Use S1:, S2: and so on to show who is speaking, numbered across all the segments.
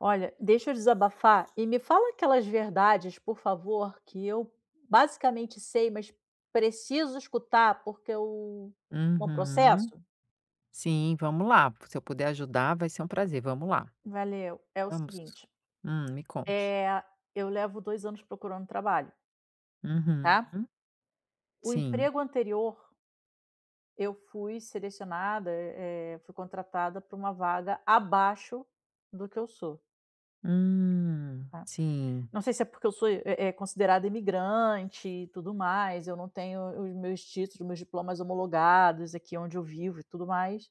S1: Olha, deixa eu desabafar e me fala aquelas verdades, por favor, que eu basicamente sei, mas preciso escutar porque eu não
S2: Uhum.
S1: processo.
S2: Sim, vamos lá. Se eu puder ajudar, vai ser um prazer. Vamos lá.
S1: Valeu. É o
S2: Vamos.
S1: seguinte,
S2: Me conte.
S1: eh, eu levo 2 anos procurando trabalho, tá.
S2: Uhum.
S1: O
S2: Sim.
S1: emprego anterior, eu fui selecionada, fui contratada para uma vaga abaixo do que eu sou, tá.
S2: Sim.
S1: Não sei se é porque eu sou, considerada imigrante e tudo mais, eu não tenho os meus títulos, meus diplomas homologados aqui onde eu vivo e tudo mais,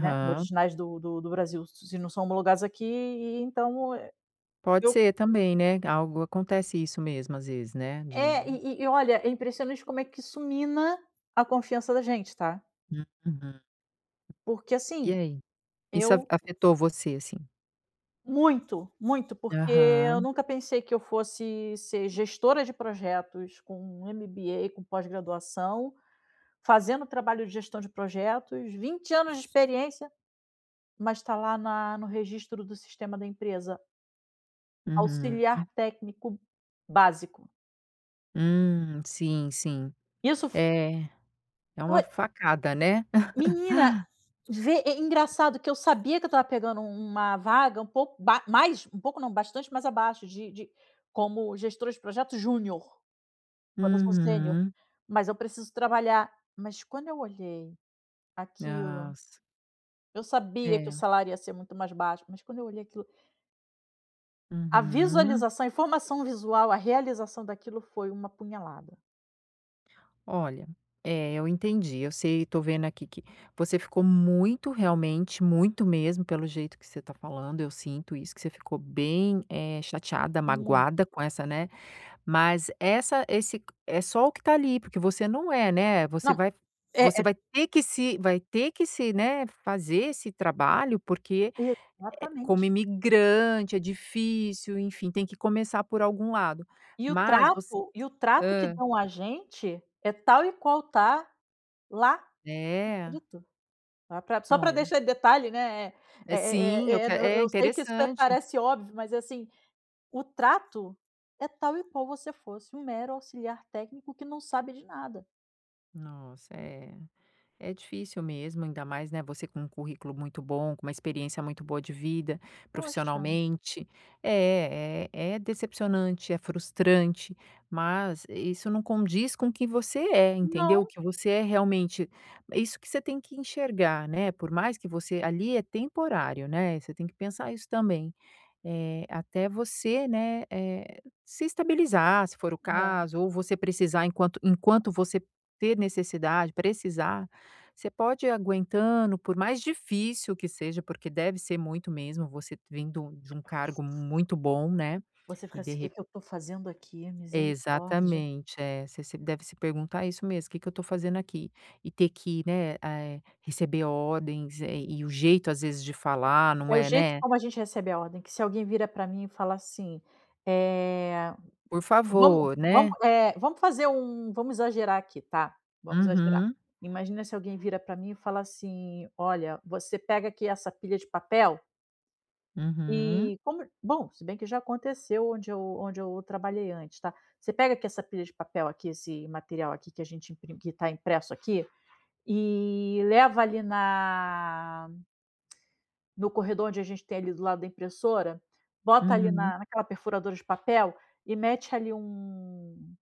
S1: né, originais do Brasil, se não são homologados aqui, e então,
S2: Pode
S1: eu
S2: ser também, né? Algo acontece isso mesmo às vezes, né?
S1: é, e
S2: De
S1: e e olha, é impressionante como é que isso mina a confiança da gente, tá.
S2: Uhum.
S1: Porque
S2: E
S1: assim,
S2: aí? Isso a
S1: eu
S2: afetou você, assim?
S1: muito, muito, porque eu
S2: Aham.
S1: nunca pensei que eu fosse ser gestora de projetos com MBA, com pós-graduação, fazendo trabalho de gestão de projetos, 20 anos de experiência, mas está lá na no registro do sistema da empresa,
S2: Uhum.
S1: auxiliar técnico básico.
S2: Sim, sim.
S1: Isso f
S2: É, é
S1: Foi
S2: uma facada, né?
S1: menina, vê é engraçado que eu sabia que eu estava pegando um, uma vaga um pouco ba mais um pouco não, bastante mais abaixo de como gestora de projeto júnior, quando eu sou sênior,
S2: Uhum.
S1: mas eu preciso trabalhar. Mas quando eu olhei aquilo,
S2: Nossa.
S1: eu sabia que o
S2: É.
S1: salário ia ser muito mais baixo, mas quando eu olhei aquilo, a
S2: Uhum.
S1: visualização, a informação visual, a realização daquilo foi uma punhalada,
S2: Olha, é, eu entendi. Eu sei, tô vendo aqui que você ficou muito, realmente, muito mesmo, pelo jeito que você tá falando. Eu sinto isso, que você ficou bem, chateada,
S1: um monte.
S2: magoada com essa, né? Mas essa, esse é só o que tá ali, porque você não é, né?
S1: Não, é
S2: Você
S1: é
S2: vai ter que se, né, fazer esse trabalho, porque
S1: exatamente.
S2: como imigrante é difícil, enfim, tem que começar por algum lado. Mas você,
S1: E o trato que
S2: hã,
S1: dão a gente é tal e qual tá lá
S2: é,
S1: escrito, tá, pra só pra
S2: olha.
S1: deixar detalhe, né,
S2: É sim, eu que
S1: eu
S2: é
S1: eu sei que isso é,
S2: interessante.
S1: parece óbvio, mas, assim, o trato é tal e qual você fosse um mero auxiliar técnico que não sabe de nada.
S2: Nossa, é difícil mesmo, ainda mais, né, você com um currículo muito bom, com uma experiência muito boa de vida,
S1: Poxa,
S2: profissionalmente. É, é decepcionante, é frustrante, mas isso não condiz com o que você é, entendeu? O
S1: não.
S2: que você é realmente. Isso que você tem que enxergar, né, por mais que você ali é temporário, né, você tem que pensar isso também. Até você, né, se estabilizar, se for o
S1: É,
S2: caso, ou você precisar enquanto você ter necessidade, precisar, você pode ir aguentando, por mais difícil que seja, porque deve ser muito mesmo, você vindo de um cargo muito bom, né,
S1: você
S2: e
S1: fica
S2: de
S1: assim:
S2: re
S1: que eu tô fazendo aqui? Misericórdia".
S2: Exatamente, é, você se deve se perguntar isso mesmo, o "Que que eu estou fazendo aqui?" E ter que, né, receber ordens, e o jeito às vezes de falar não
S1: É o
S2: é,
S1: jeito
S2: né,
S1: como a gente recebe a ordem, que se alguém vira para mim e fala assim, eh,
S2: "Por
S1: vamos
S2: favor",
S1: vamos,
S2: né?
S1: vamos fazer um vamos exagerar aqui, tá, vamos exagerar.
S2: Uhum.
S1: Imagina se alguém vira para mim e fala assim: "Olha, você pega aqui essa pilha de papel
S2: Uhum,
S1: e como" bom, se bem que já aconteceu onde eu trabalhei antes, tá. "Você pega aqui essa pilha de papel aqui, esse material aqui que a gente imprim que está impresso aqui, e leva ali na no corredor onde a gente tem ali do lado da impressora, bota ali
S2: uhum,
S1: na naquela perfuradora de papel e mete ali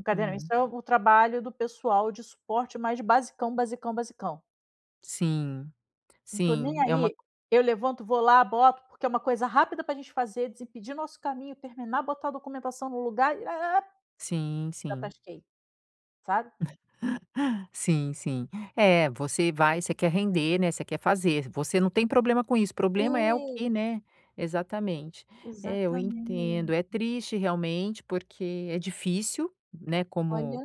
S1: um caderno. Isso
S2: hum.
S1: é o trabalho do pessoal de suporte mais basicão, basicão, basicão.
S2: Sim,
S1: Não tô nem
S2: sim, é uma
S1: aí,
S2: co
S1: eu levanto, vou lá, boto, porque é uma coisa rápida para a gente fazer, desimpedir nosso caminho, terminar, botar a documentação no lugar e
S2: sim,
S1: já
S2: sim.
S1: tasquei, sabe.
S2: Sim, sim. É, você quer render, né, você quer fazer, você não tem problema com isso, problema é o que,
S1: É,
S2: né exatamente. É, eu
S1: exatamente.
S2: entendo, é triste realmente, porque é difícil, né, como
S1: Olha,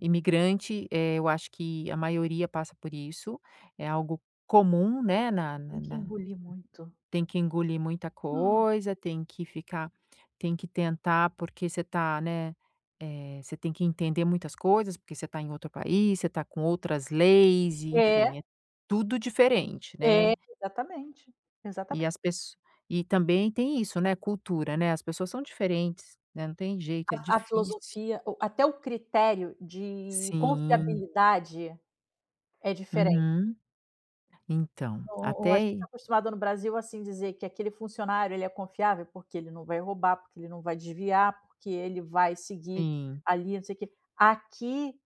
S2: imigrante, eu acho que a maioria passa por isso, é algo comum, né, na
S1: tem que
S2: na
S1: engolir muito.
S2: Tem que engolir muita coisa, tem que tentar, porque você tá, né, você tem que entender muitas coisas, porque você tá em outro país, você tá com outras leis e
S1: É,
S2: enfim, é tudo diferente,
S1: é,
S2: né.
S1: exatamente,
S2: E
S1: exatamente.
S2: as pessoas e também tem isso, né, cultura, né, as pessoas são diferentes, né, não tem jeito, é
S1: A
S2: difícil.
S1: filosofia, o até o critério de
S2: Sim,
S1: confiabilidade é diferente.
S2: uhum. Então,
S1: O A gente está
S2: até
S1: acostumado no Brasil, assim, dizer que aquele funcionário ele é confiável, porque ele não vai roubar, porque ele não vai desviar, porque ele vai seguir
S2: sim.
S1: ali, não sei o quê. Aqui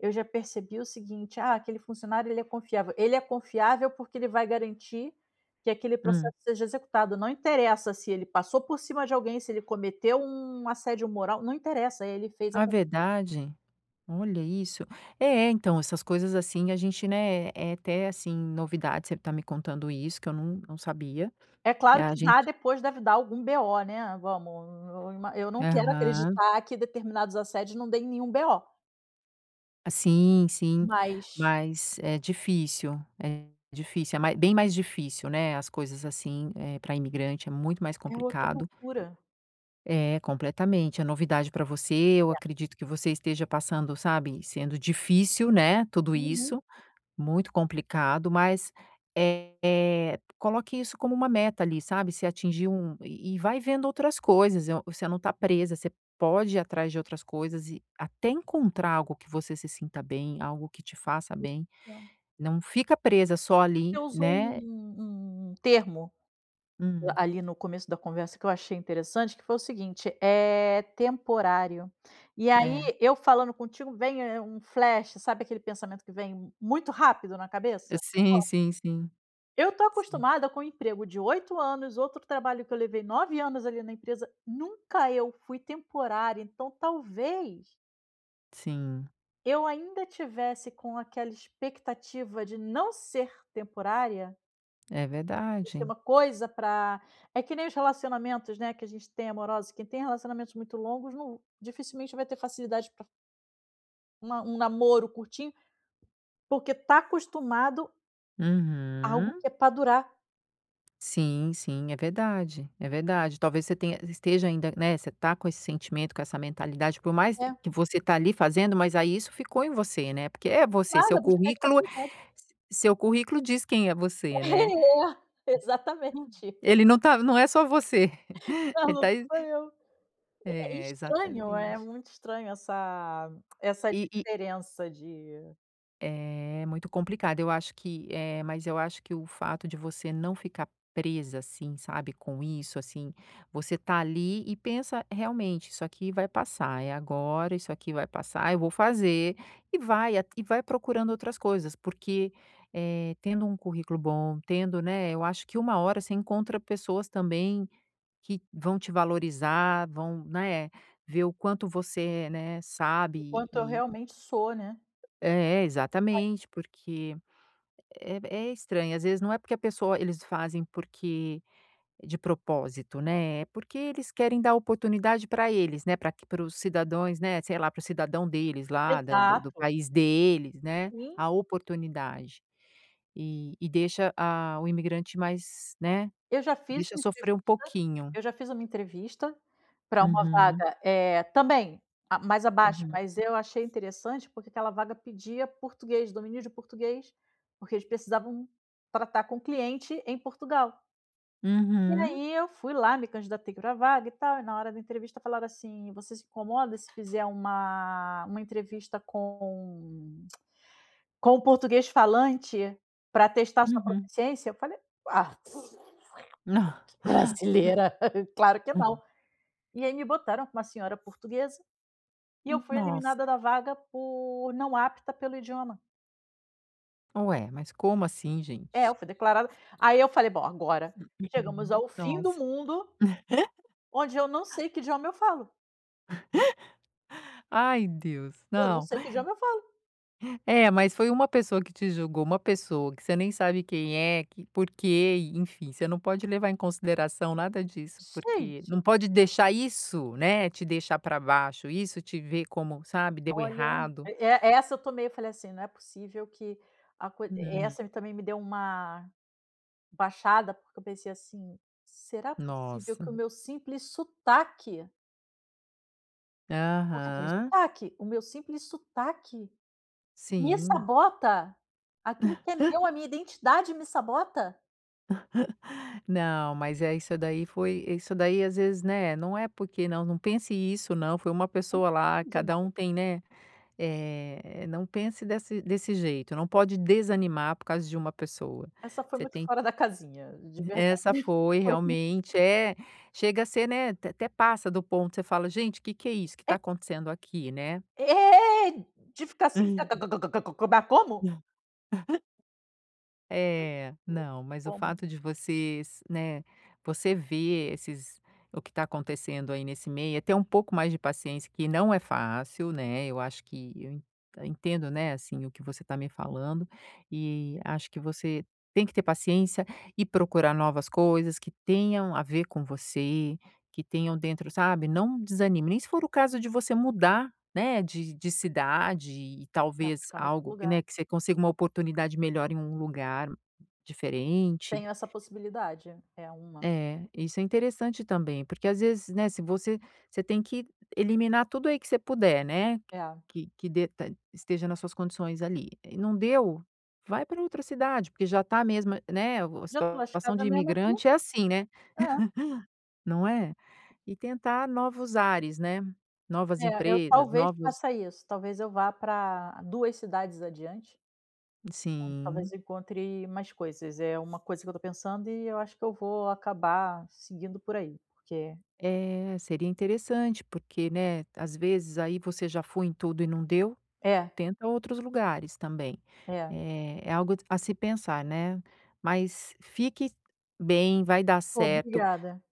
S1: eu já percebi o seguinte: "Ah, aquele funcionário ele é confiável". Ele é confiável porque ele vai garantir que aquele
S2: Hum.
S1: processo seja executado, não interessa se ele passou por cima de alguém, se ele cometeu um assédio moral, não interessa, ele fez.
S2: Ah, verdade? Olha isso. É, então, essas coisas assim, a gente, né, é até assim, novidade, você tá me contando isso, que eu não, não sabia.
S1: É
S2: E
S1: claro
S2: a
S1: que dá
S2: gente.
S1: depois deve dar algum BO, né, vamos, eu não quero
S2: Aham.
S1: acreditar que determinados assédios não deem nenhum BO,
S2: Sim, sim.
S1: mas
S2: Mas é difícil. É difícil. É bem mais difícil, né? As coisas assim, para imigrante, é muito mais
S1: é outra
S2: complicado.
S1: cultura.
S2: É, completamente. É novidade para você. Eu acredito que você esteja passando, sabe, sendo difícil, né? Tudo
S1: Uhum.
S2: isso. Muito complicado, mas, coloque isso como uma meta ali, sabe, se atingir um e vai vendo outras coisas, eu você não está presa, você pode ir atrás de outras coisas e até encontrar algo que você se sinta bem, algo que te faça bem,
S1: Entendo.
S2: não fica presa só
S1: Você
S2: ali,
S1: usou
S2: né.
S1: um termo
S2: Hum,
S1: ali no começo da conversa que eu achei interessante, que foi o seguinte, é temporário. E aí
S2: é.
S1: eu falando contigo vem, um flash, sabe aquele pensamento que vem muito rápido na cabeça?
S2: Sim, sim, sim.
S1: Eu tô
S2: Sim,
S1: acostumada com um emprego de 8 anos, outro trabalho que eu levei 9 anos ali na empresa, nunca eu fui temporária, então talvez
S2: sim.
S1: eu ainda tivesse com aquela expectativa de não ser temporária,
S2: É
S1: de ser
S2: verdade.
S1: uma coisa para é que nem os relacionamentos, né, que a gente tem amorosos, quem tem relacionamentos muito longos não dificilmente vai ter facilidade para um namoro curtinho, porque tá acostumado a algo
S2: Uhum.
S1: que é para durar.
S2: Sim, sim, é verdade, é verdade. Talvez você tenha esteja ainda, né, você tá com esse sentimento, com essa mentalidade, por mais
S1: É,
S2: que você tá ali fazendo, mas aí isso ficou em você, né, porque
S1: eu tô
S2: é você,
S1: acostumada
S2: seu
S1: a buscar
S2: currículo
S1: estabilidade.
S2: seu currículo diz quem é você, né.
S1: É, exatamente.
S2: Ele não tá não é só você.
S1: Ah,
S2: Ele
S1: não
S2: tá ex
S1: sou eu. É
S2: é,
S1: estranho, é
S2: exatamente.
S1: muito estranho essa diferença de
S2: É muito complicado. Eu acho que, mas eu acho que o fato de você não ficar presa, assim, sabe, com isso, assim, você tá ali e pensa realmente, isso aqui vai passar, é agora, isso aqui vai passar, eu vou fazer e vai procurando outras coisas, porque tendo um currículo bom, tendo, né, eu acho que uma hora você encontra pessoas também que vão te valorizar, vão, né, ver o quanto você, né,
S1: o
S2: sabe
S1: quanto eu
S2: e,
S1: realmente sou, né.
S2: é, exatamente, porque é é estranho, às vezes não é porque a pessoa eles fazem porque de propósito, né, é porque eles querem dar oportunidade para eles, né, para os cidadãos, né, sei lá, para o cidadão deles lá da do
S1: Exato,
S2: país deles, né,
S1: sim.
S2: a oportunidade. E deixa a o imigrante mais, né,
S1: Eu já fiz
S2: deixa
S1: uma entrevista
S2: sofrer um pouquinho.
S1: eu já fiz uma entrevista pra uma
S2: Uhum,
S1: vaga, também a mais abaixo,
S2: uhum.
S1: mas eu achei interessante, porque aquela vaga pedia português, domínio de português, porque eles precisavam tratar com cliente em Portugal. E
S2: Uhum,
S1: aí eu fui lá, me candidatei para a vaga e tal, e na hora da entrevista falaram assim: "Você se incomoda se fizer uma entrevista com o português falante para testar sua
S2: uhum.
S1: proficiência?" Eu falei: "Ah,
S2: Não.
S1: brasileira, claro que não". E aí me botaram com uma senhora portuguesa e eu fui eliminada
S2: Nossa,
S1: da vaga por não apta pelo idioma.
S2: ué, mas como assim
S1: É, eu
S2: gente?
S1: fui declarada. Aí eu falei: "Bom, agora chegamos
S2: Uhum.
S1: ao fim do
S2: Nossa.
S1: mundo, onde eu não sei que idioma eu falo.
S2: Ai Deus,
S1: Eu não
S2: não.
S1: sei que idioma eu falo".
S2: É, mas foi uma pessoa que te julgou, uma pessoa que você nem sabe quem é, que por quê, e enfim, você não pode levar em consideração nada disso, porque
S1: Gente.
S2: não pode deixar isso, né, te deixar para baixo, isso te ver como, sabe, deu
S1: Olha,
S2: errado.
S1: e é essa eu tomei, eu falei assim: "Não é possível que a coi"
S2: Uhum.
S1: essa também me deu uma baixada, porque eu pensei assim: "Será possível
S2: Nossa.
S1: que o meu simples sotaque" porque tem o
S2: Aham.
S1: sotaque, "o meu simples sotaque me
S2: Sim.
S1: sabota? Aquilo que é meu, a minha identidade me sabota?"
S2: Não, mas é isso daí foi isso daí às vezes, né, não é porque não, não pense isso não, foi uma pessoa lá, cada
S1: Demais.
S2: um tem, né não pense desse jeito, não pode desanimar por causa de uma pessoa.
S1: Essa foi
S2: Você
S1: muito
S2: tem
S1: fora da casinha, de verdade.
S2: essa foi
S1: Foi.
S2: realmente é, chega a ser, né, até passa do ponto, você fala: "Gente, o que que é isso que
S1: É
S2: está acontecendo aqui", né?
S1: é, de ficar assim:
S2: É, não, mas o
S1: "Como?"
S2: fato de vocês, né, você ver esses o que está acontecendo aí nesse meio, é ter um pouco mais de paciência, que não é fácil, né? Eu acho que entendo, né, assim, o que você está me falando, e acho que você tem que ter paciência e procurar novas coisas que tenham a ver com você, que tenham dentro, sabe? Não desanime, nem se for o caso de você mudar né, de cidade e
S1: Pra
S2: talvez
S1: buscar em outro
S2: algo
S1: lugar.
S2: né, que você consiga uma oportunidade melhor em um lugar diferente.
S1: Tenho essa possibilidade, é uma.
S2: É, isso é interessante também, porque às vezes, né, se você você tem que eliminar tudo aí que você puder, né,
S1: É.
S2: que dê ta esteja nas suas condições ali. E não deu, vai para outra cidade, porque já tá mesmo, né, a
S1: Já estou
S2: situação
S1: lascada
S2: de
S1: mesmo aqui.
S2: imigrante é assim, né,
S1: É,
S2: não é? E tentar novos ares, né, novas
S1: é, eu
S2: empresas,
S1: talvez
S2: novos
S1: faça isso, talvez eu vá para 2 cidades adiante, onde talvez
S2: sim.
S1: eu encontre mais coisas, é uma coisa que eu estou pensando e eu acho que eu vou acabar seguindo por aí, porque
S2: É, seria interessante, porque, né, às vezes aí você já foi em tudo e não deu,
S1: é,
S2: tenta outros lugares também.
S1: é.
S2: É, é algo a se pensar, né? Mas fique bem, vai dar
S1: Pô,
S2: certo.
S1: obrigada.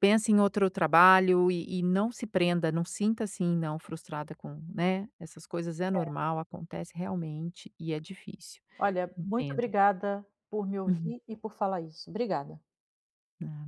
S2: Pense em outro trabalho e não se prenda, não sinta assim, não, frustrada com, né? Essas coisas é normal, acontece realmente e é difícil.
S1: Olha, muito
S2: Entendo.
S1: obrigada por me ouvir e por falar isso. Obrigada.
S2: Uhum.